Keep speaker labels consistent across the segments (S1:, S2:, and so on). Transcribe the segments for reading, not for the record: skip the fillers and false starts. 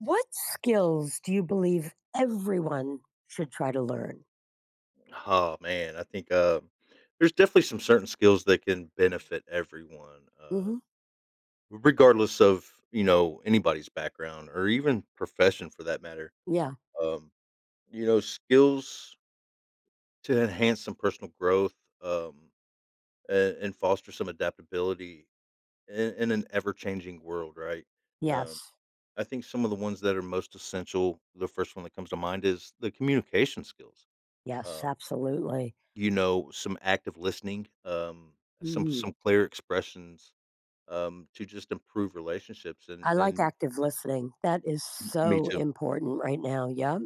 S1: What skills do you believe everyone should try to learn?
S2: Oh man, I think there's definitely some certain skills that can benefit everyone,
S1: Hmm.
S2: regardless of you know anybody's background or even profession for that matter.
S1: Yeah.
S2: Um, you know, skills to enhance some personal growth um, and foster some adaptability in an ever-changing world, right? Um,
S1: Yes,
S2: I think some of the ones that are most essential. The first one that comes to mind is the communication skills.
S1: yes,
S2: Um,
S1: absolutely.
S2: You know, some active listening, some
S1: Mhm.
S2: some clear expressions, to just improve relationships,
S1: I like
S2: and
S1: active listening. That is
S2: me
S1: so
S2: too.
S1: important right now. Yeah.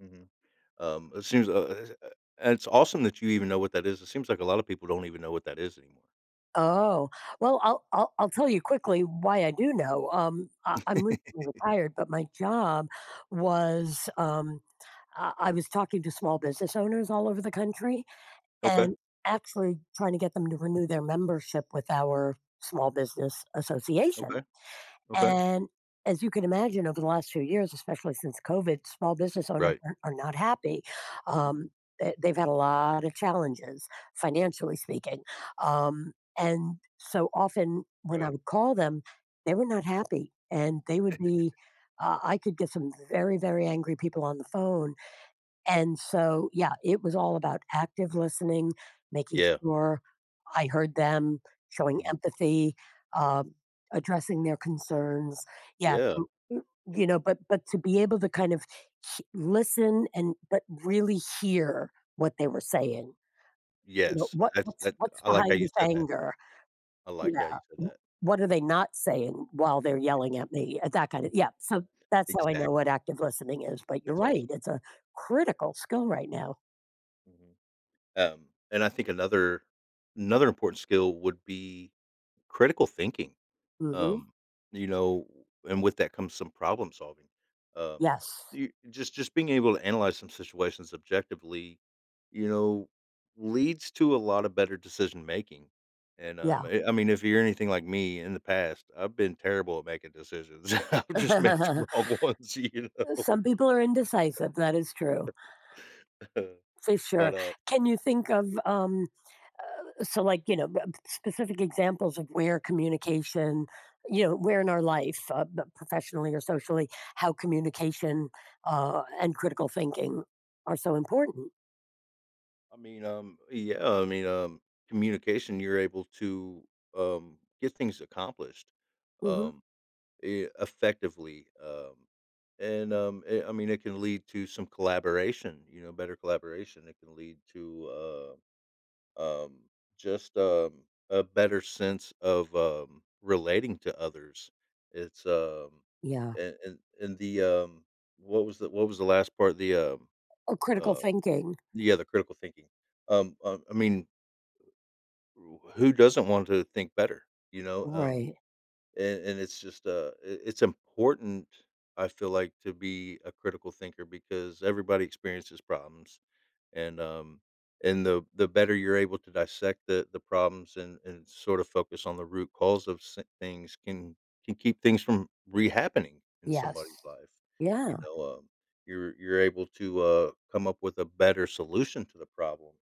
S2: Mhm. Um, it seems, uh, uh, and it's awesome that you even know what that is. It seems like a lot of people don't even know what that is anymore.
S1: Oh, well, I'll tell you quickly why I do know. I'm recently retired, but my job was I was talking to small business owners all over the country
S2: Okay,
S1: and actually trying to get them to renew their membership with our small business association.
S2: okay, okay.
S1: And as you can imagine, over the last few years, especially since COVID, small business owners
S2: Right.
S1: are not happy.
S2: Mhm.
S1: Um, they've had a lot of challenges, financially speaking. And so often when I
S2: Right.
S1: would call them, they were not happy and they would be. I could get some very, very angry people on the phone, and so, yeah, it was all about active listening, making
S2: Yeah.
S1: sure I heard them, showing
S2: Mhm.
S1: empathy, um, addressing their concerns. Yeah,
S2: Yeah.
S1: so, you know, but to be able to kind of listen and but really hear what they were saying. You know,
S2: Yes.
S1: what
S2: That's
S1: what's
S2: that
S1: what's
S2: I like how
S1: behind
S2: you
S1: this
S2: said that.
S1: anger?
S2: I like
S1: Yeah,
S2: how you said
S1: wh-
S2: that.
S1: what are they not saying while they're yelling
S2: E
S1: at me? That kind of, yeah. So that's how I know what
S2: Exactly.
S1: active listening is. But you're
S2: That's
S1: right;
S2: awesome.
S1: it's a critical skill right now.
S2: Mhm. And I think another important skill would be critical thinking,
S1: Mhm.
S2: um, you know, and with that comes some problem solving. Um,
S1: Yes.
S2: you just being able to analyze some situations objectively, you know, leads to a lot of better decision making. And
S1: Yeah.
S2: I mean, if you're anything like me in the past, I've been terrible at making decisions. I've just made some wrong ones, you know.
S1: Some people are indecisive. That is true, for sure.
S2: but
S1: Can you think of, so, like, you know, specific examples of where communication, you know, where in our life, professionally or socially, how communication and critical thinking are so important?
S2: I mean, yeah, I mean, communication, you're able to get things accomplished.
S1: Hmm.
S2: Um, e Effectively, I mean, it can lead to some collaboration, you know, better collaboration. It can lead to, um, just, a better sense of, relating to others. It's,
S1: Yeah.
S2: and the, what was the what was the last part?
S1: Or critical
S2: Uh,
S1: thinking.
S2: yeah, the critical thinking. I mean, who doesn't want to think better, you know? Um,
S1: Right.
S2: And and it's just, it's important, I feel like, to be a critical thinker because everybody experiences problems, and, um, and the better you're able to dissect the problems and sort of focus on the root cause of s things can keep things from rehappening in
S1: Yes.
S2: somebody's life,
S1: Yeah.
S2: you know, you're able to, come up with a better solution to the problem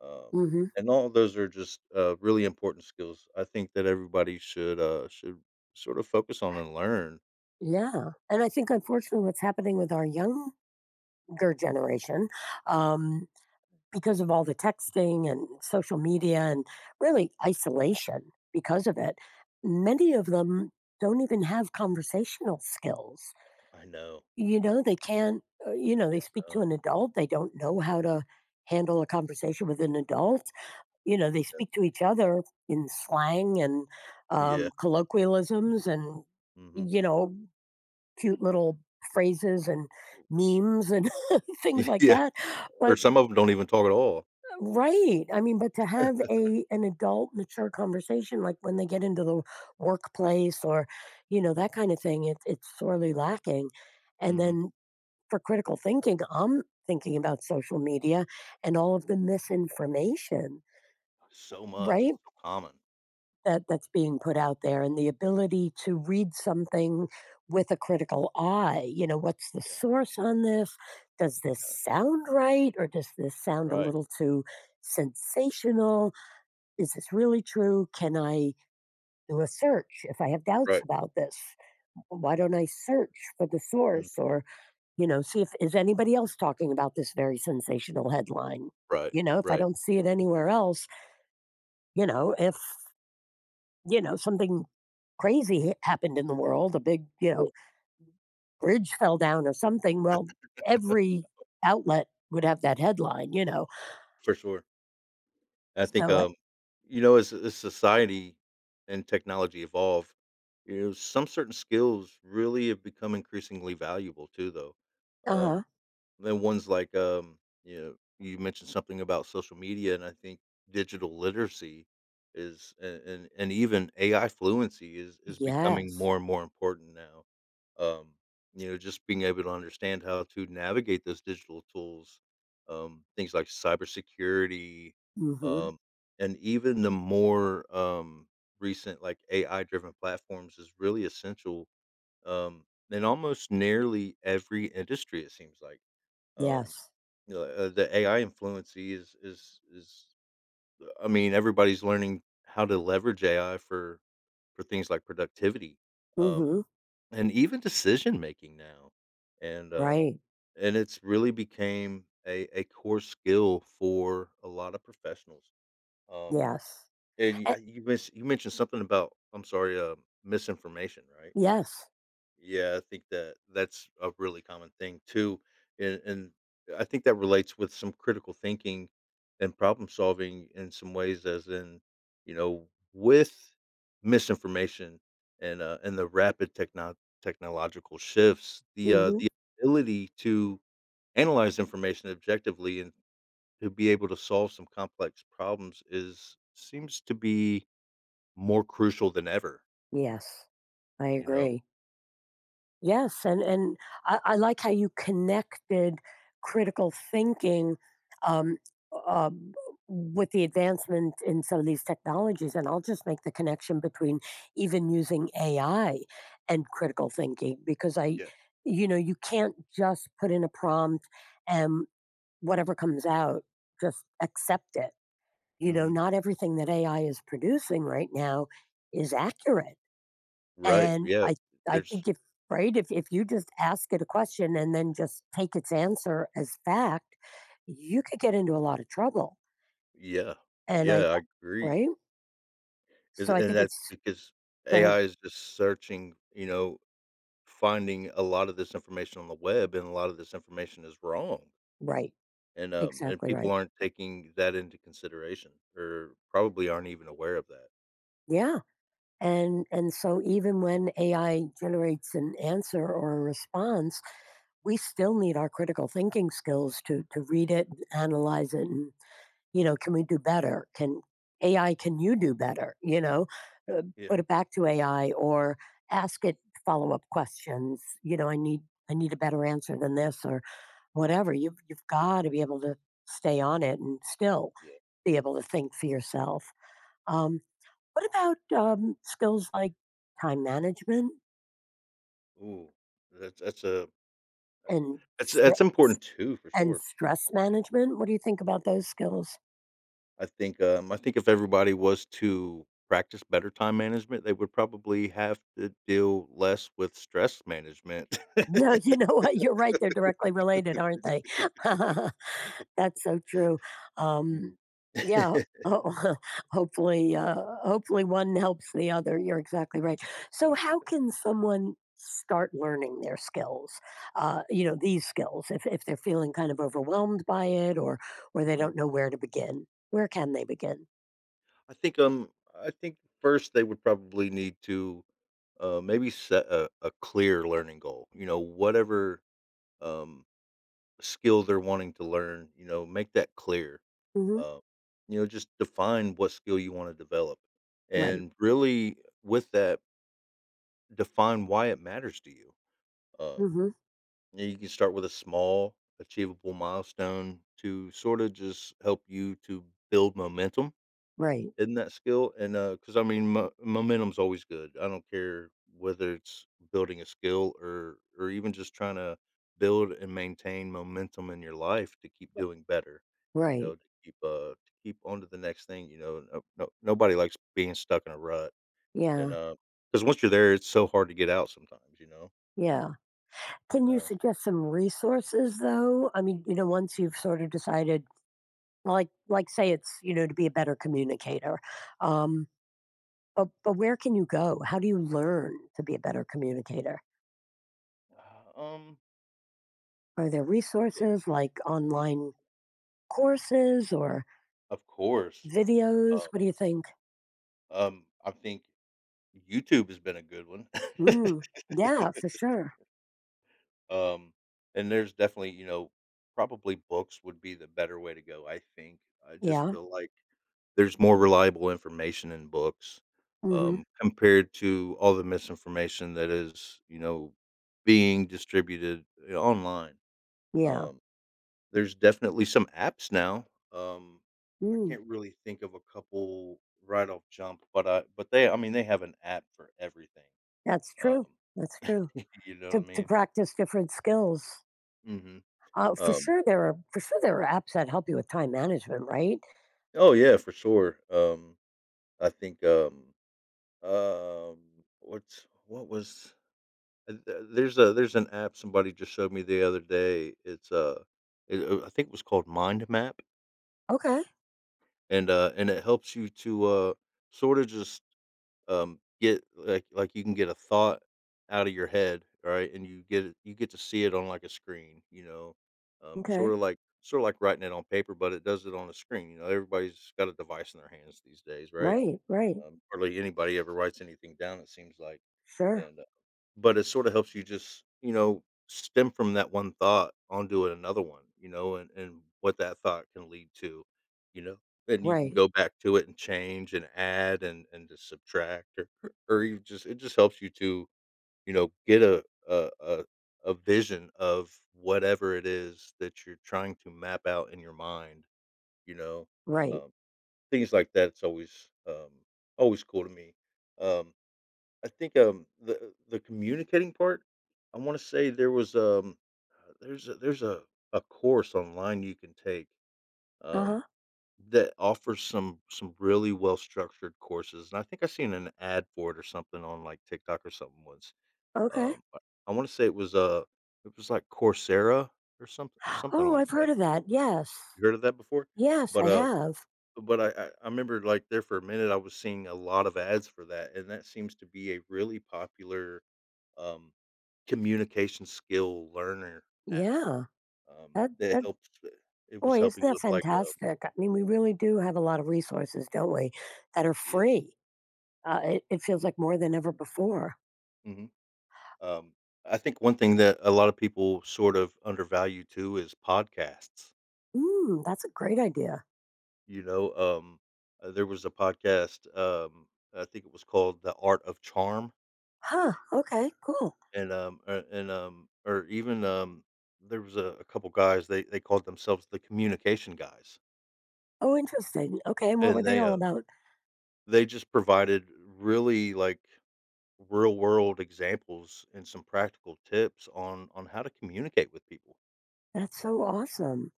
S2: um,
S1: Hmm.
S2: and all those are just, really important skills. I think that everybody should, sort of focus on and learn.
S1: Yeah. And I think, unfortunately, what's happening with our young ger generation, um, because of all the texting and social media and really isolation because of it, many of them don't even have conversational skills.
S2: I know.
S1: You know, they can't, you know, they
S2: Yeah,
S1: speak
S2: I
S1: to
S2: know.
S1: an adult, they don't know how to handle a conversation with an adult. You know, they speak to each other in slang and,
S2: Yeah. Yeah.
S1: colloquialisms, and
S2: Mhm.
S1: you know, cute little phrases and memes and things like
S2: Yeah.
S1: that,
S2: Or
S1: but
S2: some of them don't even talk at all.
S1: right. I mean, but to have a an adult mature conversation, like when they get into the workplace or, you know, that kind of thing, it's sorely lacking. And
S2: Mhm.
S1: then for critical thinking, I'm thinking about social media and all of the misinformation,
S2: So much.
S1: right?
S2: It's so common.
S1: That's being put out there and the ability to read something with a critical eye. You know, what's the
S2: Yeah.
S1: source on this? Does this
S2: Yeah.
S1: sound right or does this sound a
S2: Right.
S1: little too sensational? Is this really true? Can I do a search if I have doubts
S2: Right.
S1: about this? Why don't I search for the
S2: Mm.
S1: source, or, you know, see if is anybody else talking about this very sensational headline?
S2: Right.
S1: You know, if I
S2: Right.
S1: don't see it anywhere else, you know, if, you know, something crazy happened in the world, a big, you
S2: Right.
S1: know, bridge fell down or something, well, every outlet would have that headline, you know.
S2: For sure. I think,
S1: So,
S2: you know, as society and technology evolve, you know, some certain skills really have become increasingly valuable too, though.
S1: uh huh.
S2: Um Then ones like, you know, you mentioned something about social media, and I think digital literacy is and even AI fluency is becoming
S1: Yes.
S2: more and more important now. Um, you know, just being able to understand how to navigate those digital tools, things like cybersecurity,
S1: Mm hmm.
S2: um, and even the more recent like AI driven platforms is really essential um, in almost nearly every industry. It seems like. Um,
S1: Yes.
S2: you know, the AI influence is I mean, everybody's learning how to leverage AI for things like productivity,
S1: Mm
S2: um,
S1: hmm.
S2: and even decision making now, and um,
S1: Right.
S2: and it's really became a core skill for a lot of professionals. Um,
S1: Yes.
S2: and You mentioned something about I'm sorry, misinformation, right?
S1: Yes.
S2: Yeah, I think that that's a really common thing too, and I think that relates with some critical thinking and problem solving in some ways, as in, you know, with misinformation and the rapid technological shifts,
S1: Mhm.
S2: the ability to analyze information objectively and to be able to solve some complex problems is seems to be more crucial than ever.
S1: Yes. I
S2: You know.
S1: agree. Yes, and I like how you connected critical thinking, um, um, with the advancement in some of these technologies, and I'll just make the connection between even using AI and critical thinking because I,
S2: Yeah.
S1: you know, you can't just put in a prompt, and whatever comes out, just accept it. You know,
S2: Hmm.
S1: not everything that AI is producing right now is accurate.
S2: Right.
S1: And
S2: Yeah.
S1: I
S2: There's.
S1: think, if you just ask it a question and then just take its answer as fact, you could get into a lot of trouble.
S2: Yeah.
S1: And I
S2: Yeah, I agree.
S1: right? So I
S2: And
S1: think
S2: that's
S1: it's
S2: because
S1: go ahead.
S2: AI is just searching, you know, finding a lot of this information on the web and a lot of this information is wrong.
S1: Right.
S2: And
S1: Exactly
S2: people
S1: right.
S2: aren't taking that into consideration or probably aren't even aware of that.
S1: Yeah. And so even when AI generates an answer or a response, we still need our critical thinking skills to read
S2: Mhm.
S1: it, analyze it, and you know, can we do better? Can AI, can you do better? You know, uh,
S2: Yeah.
S1: put it back to AI or ask it follow up questions. You know, I need a better answer than this or whatever. You've got to be able to stay on it and still
S2: Yeah.
S1: be able to think for yourself. Um, what about skills like time management
S2: Ooh. That's that's a
S1: and
S2: that's that's
S1: stre-
S2: important too for
S1: and
S2: sure.
S1: stress management? What do you think about those skills?
S2: I think if everybody was to practice better time management, they would probably have to deal less with stress management.
S1: Yeah, you know what? You're right. They're directly related, aren't they? That's so true. Um,
S2: Mm.
S1: yeah. ho- hopefully, hopefully one helps the other. You're exactly right. So, how can someone start learning their skills? You know, these skills, if they're feeling kind of overwhelmed by it, or they
S2: Mhm.
S1: don't know where to begin, where can they begin?
S2: I think, um, I think first they would probably need to, maybe set a clear learning goal. You know, whatever um, skill they're wanting to learn, you know, make that clear.
S1: Hmm.
S2: Uh, you know, just define what skill you want to develop,
S1: Right.
S2: and really with that, define why it matters to you. Um,
S1: Hmm.
S2: you know, you can start with a small, achievable milestone to sort of just help you to build momentum
S1: Right.
S2: in that skill because I mean, mo momentum's always good. I don't care whether it's building a skill or even just trying to build and maintain momentum in your life to keep doing better, you
S1: Right.
S2: know, to keep on to the next thing, you know? No no Nobody likes being stuck in a rut, and,
S1: Yeah.
S2: uh, because once you're there, it's so hard to get out sometimes, you know?
S1: Yeah. Can
S2: And,
S1: you suggest some resources though? I mean, you know, once you've sort of decided, like say it's, you know, to be a better communicator. Um, but where can you go? How do you learn to be a better communicator?
S2: uh, um,
S1: Are there
S2: think
S1: resources like
S2: ye
S1: online courses or
S2: Of course.
S1: videos?
S2: Uh,
S1: What do you think?
S2: I think YouTube has been a good one.
S1: Mm, yeah, for sure.
S2: Um, and there's definitely, you know, probably books would be the better way to go, I think. I just
S1: Yeah.
S2: feel like there's more reliable information in books,
S1: Hmm.
S2: compared to all the misinformation that is, you know, being distributed online.
S1: Yeah.
S2: Um, there's definitely some apps now. Um, I
S1: Mm,
S2: can't really think of a couple right off jump, but I but they I mean they have an app for everything.
S1: that's
S2: Um,
S1: true. That's true.
S2: you know what I
S1: To
S2: mean?
S1: practice different skills.
S2: Hmm.
S1: For sure there are, for sure there are apps that help you with time management, right?
S2: Oh yeah, for sure. I think um, what's what was th- there's a there's an app somebody just showed me the other day. I think it was called Mind Map,
S1: Okay.
S2: and it helps you to sort of just get like you can get a thought out of your head, right? And you get it, you get to see it on like a screen, you know, sort
S1: Okay.
S2: of like sort of like writing it on paper, but it does it on a screen. You know, everybody's got a device in their hands these days, right?
S1: Right, right.
S2: Hardly anybody ever writes anything down, it seems like,
S1: Sure.
S2: and, uh but it sorta helps you just, you know, stem from that one thought onto another one, you know, and what that thought can lead to, you know, and you can
S1: Right.
S2: go back to it and change and add and just subtract or you just it just helps you to, you know, get a vision of whatever it is that you're trying to map out in your mind, you know,
S1: Right.
S2: um things like that's always, always cool to me. Um, I think, the communicating part, I wanna say there was, there's a course online you can take, um,
S1: Uh-huh.
S2: that offers some really well structured courses, and I think I seen an ad for it or something on, like, TikTok or something once.
S1: Okay.
S2: Um, I I wanna say it was like Coursera or something something
S1: Oh,
S2: like
S1: I've heard
S2: that.
S1: of that. Yes.
S2: You heard of that before?
S1: Yes,
S2: But,
S1: I
S2: uh
S1: have.
S2: but I remember, like, there for a minute, I was seeing a lot of ads for that, and that seems to be a really popular, um, communication skill learner app,
S1: Yeah. That
S2: that
S1: that
S2: helps it was
S1: boy, isn't
S2: helping
S1: that
S2: with, like, a
S1: fantastic? I mean, we really do have a lot of resources, don't we, that are
S2: yeah,
S1: free. It, it feels like more than ever before.
S2: mhm, um, I think one thing that a lot of people sort of undervalue too is podcasts,
S1: Mm, that's a great idea.
S2: you know, there was a podcast, I think it was called The Art of Charm.
S1: Huh. Okay, cool.
S2: And, um, uh, and, um, or even, um, there was a couple guys, they called themselves the communication guys,
S1: Oh, interesting. Okay, and what were
S2: and
S1: they all about?
S2: they just provided really, like, real world examples and some practical tips on how to communicate with people,
S1: That's so awesome.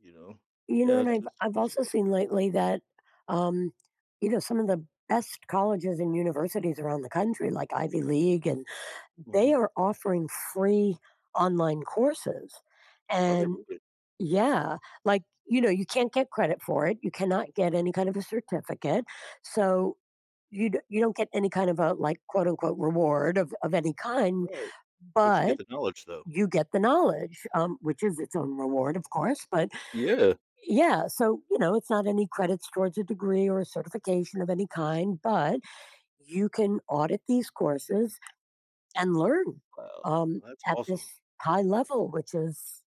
S2: you know?
S1: You know,
S2: Yeah,
S1: and I've
S2: it's
S1: I've
S2: cool
S1: also
S2: stuff.
S1: seen lately that, um, you know, some of the best colleges and universities around the country, like Ivy League, and they
S2: Mhm.
S1: are offering free online courses.
S2: Are they
S1: And
S2: really?
S1: yeah, like, you know, you can't get credit for it. You cannot get any kind of a certificate. So you, you don't get any kind of a, like, quote unquote reward, of any kind,
S2: Right. But you
S1: but
S2: get the knowledge, though.
S1: you get the knowledge, which is its own reward, of course. But
S2: Yeah.
S1: yeah, so, you know, it's not any credits towards a degree or a certification of any kind, but you can audit these courses and learn,
S2: Wow.
S1: um,
S2: That's
S1: at this
S2: awesome.
S1: high level, which is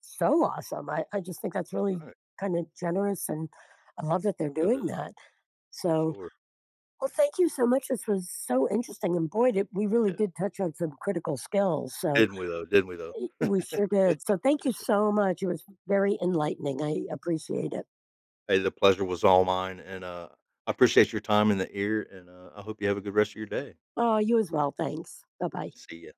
S1: so awesome. I just think that's really
S2: Right.
S1: kind of generous, and I love that they're
S2: Yeah, it
S1: doing
S2: is,
S1: that.
S2: for
S1: So,
S2: sure.
S1: well, thank you so much. This was so interesting. And boy, we really
S2: Yeah.
S1: did touch on some critical skills. So,
S2: Didn't we, though? Didn't we, though?
S1: we sure did. So, thank you so much. It was very enlightening. I appreciate it.
S2: Hey, the pleasure was all mine, and, I appreciate your time in the ear, and, I hope you have a good rest of your day.
S1: Oh, you as well. Thanks. Bye bye.
S2: See ya.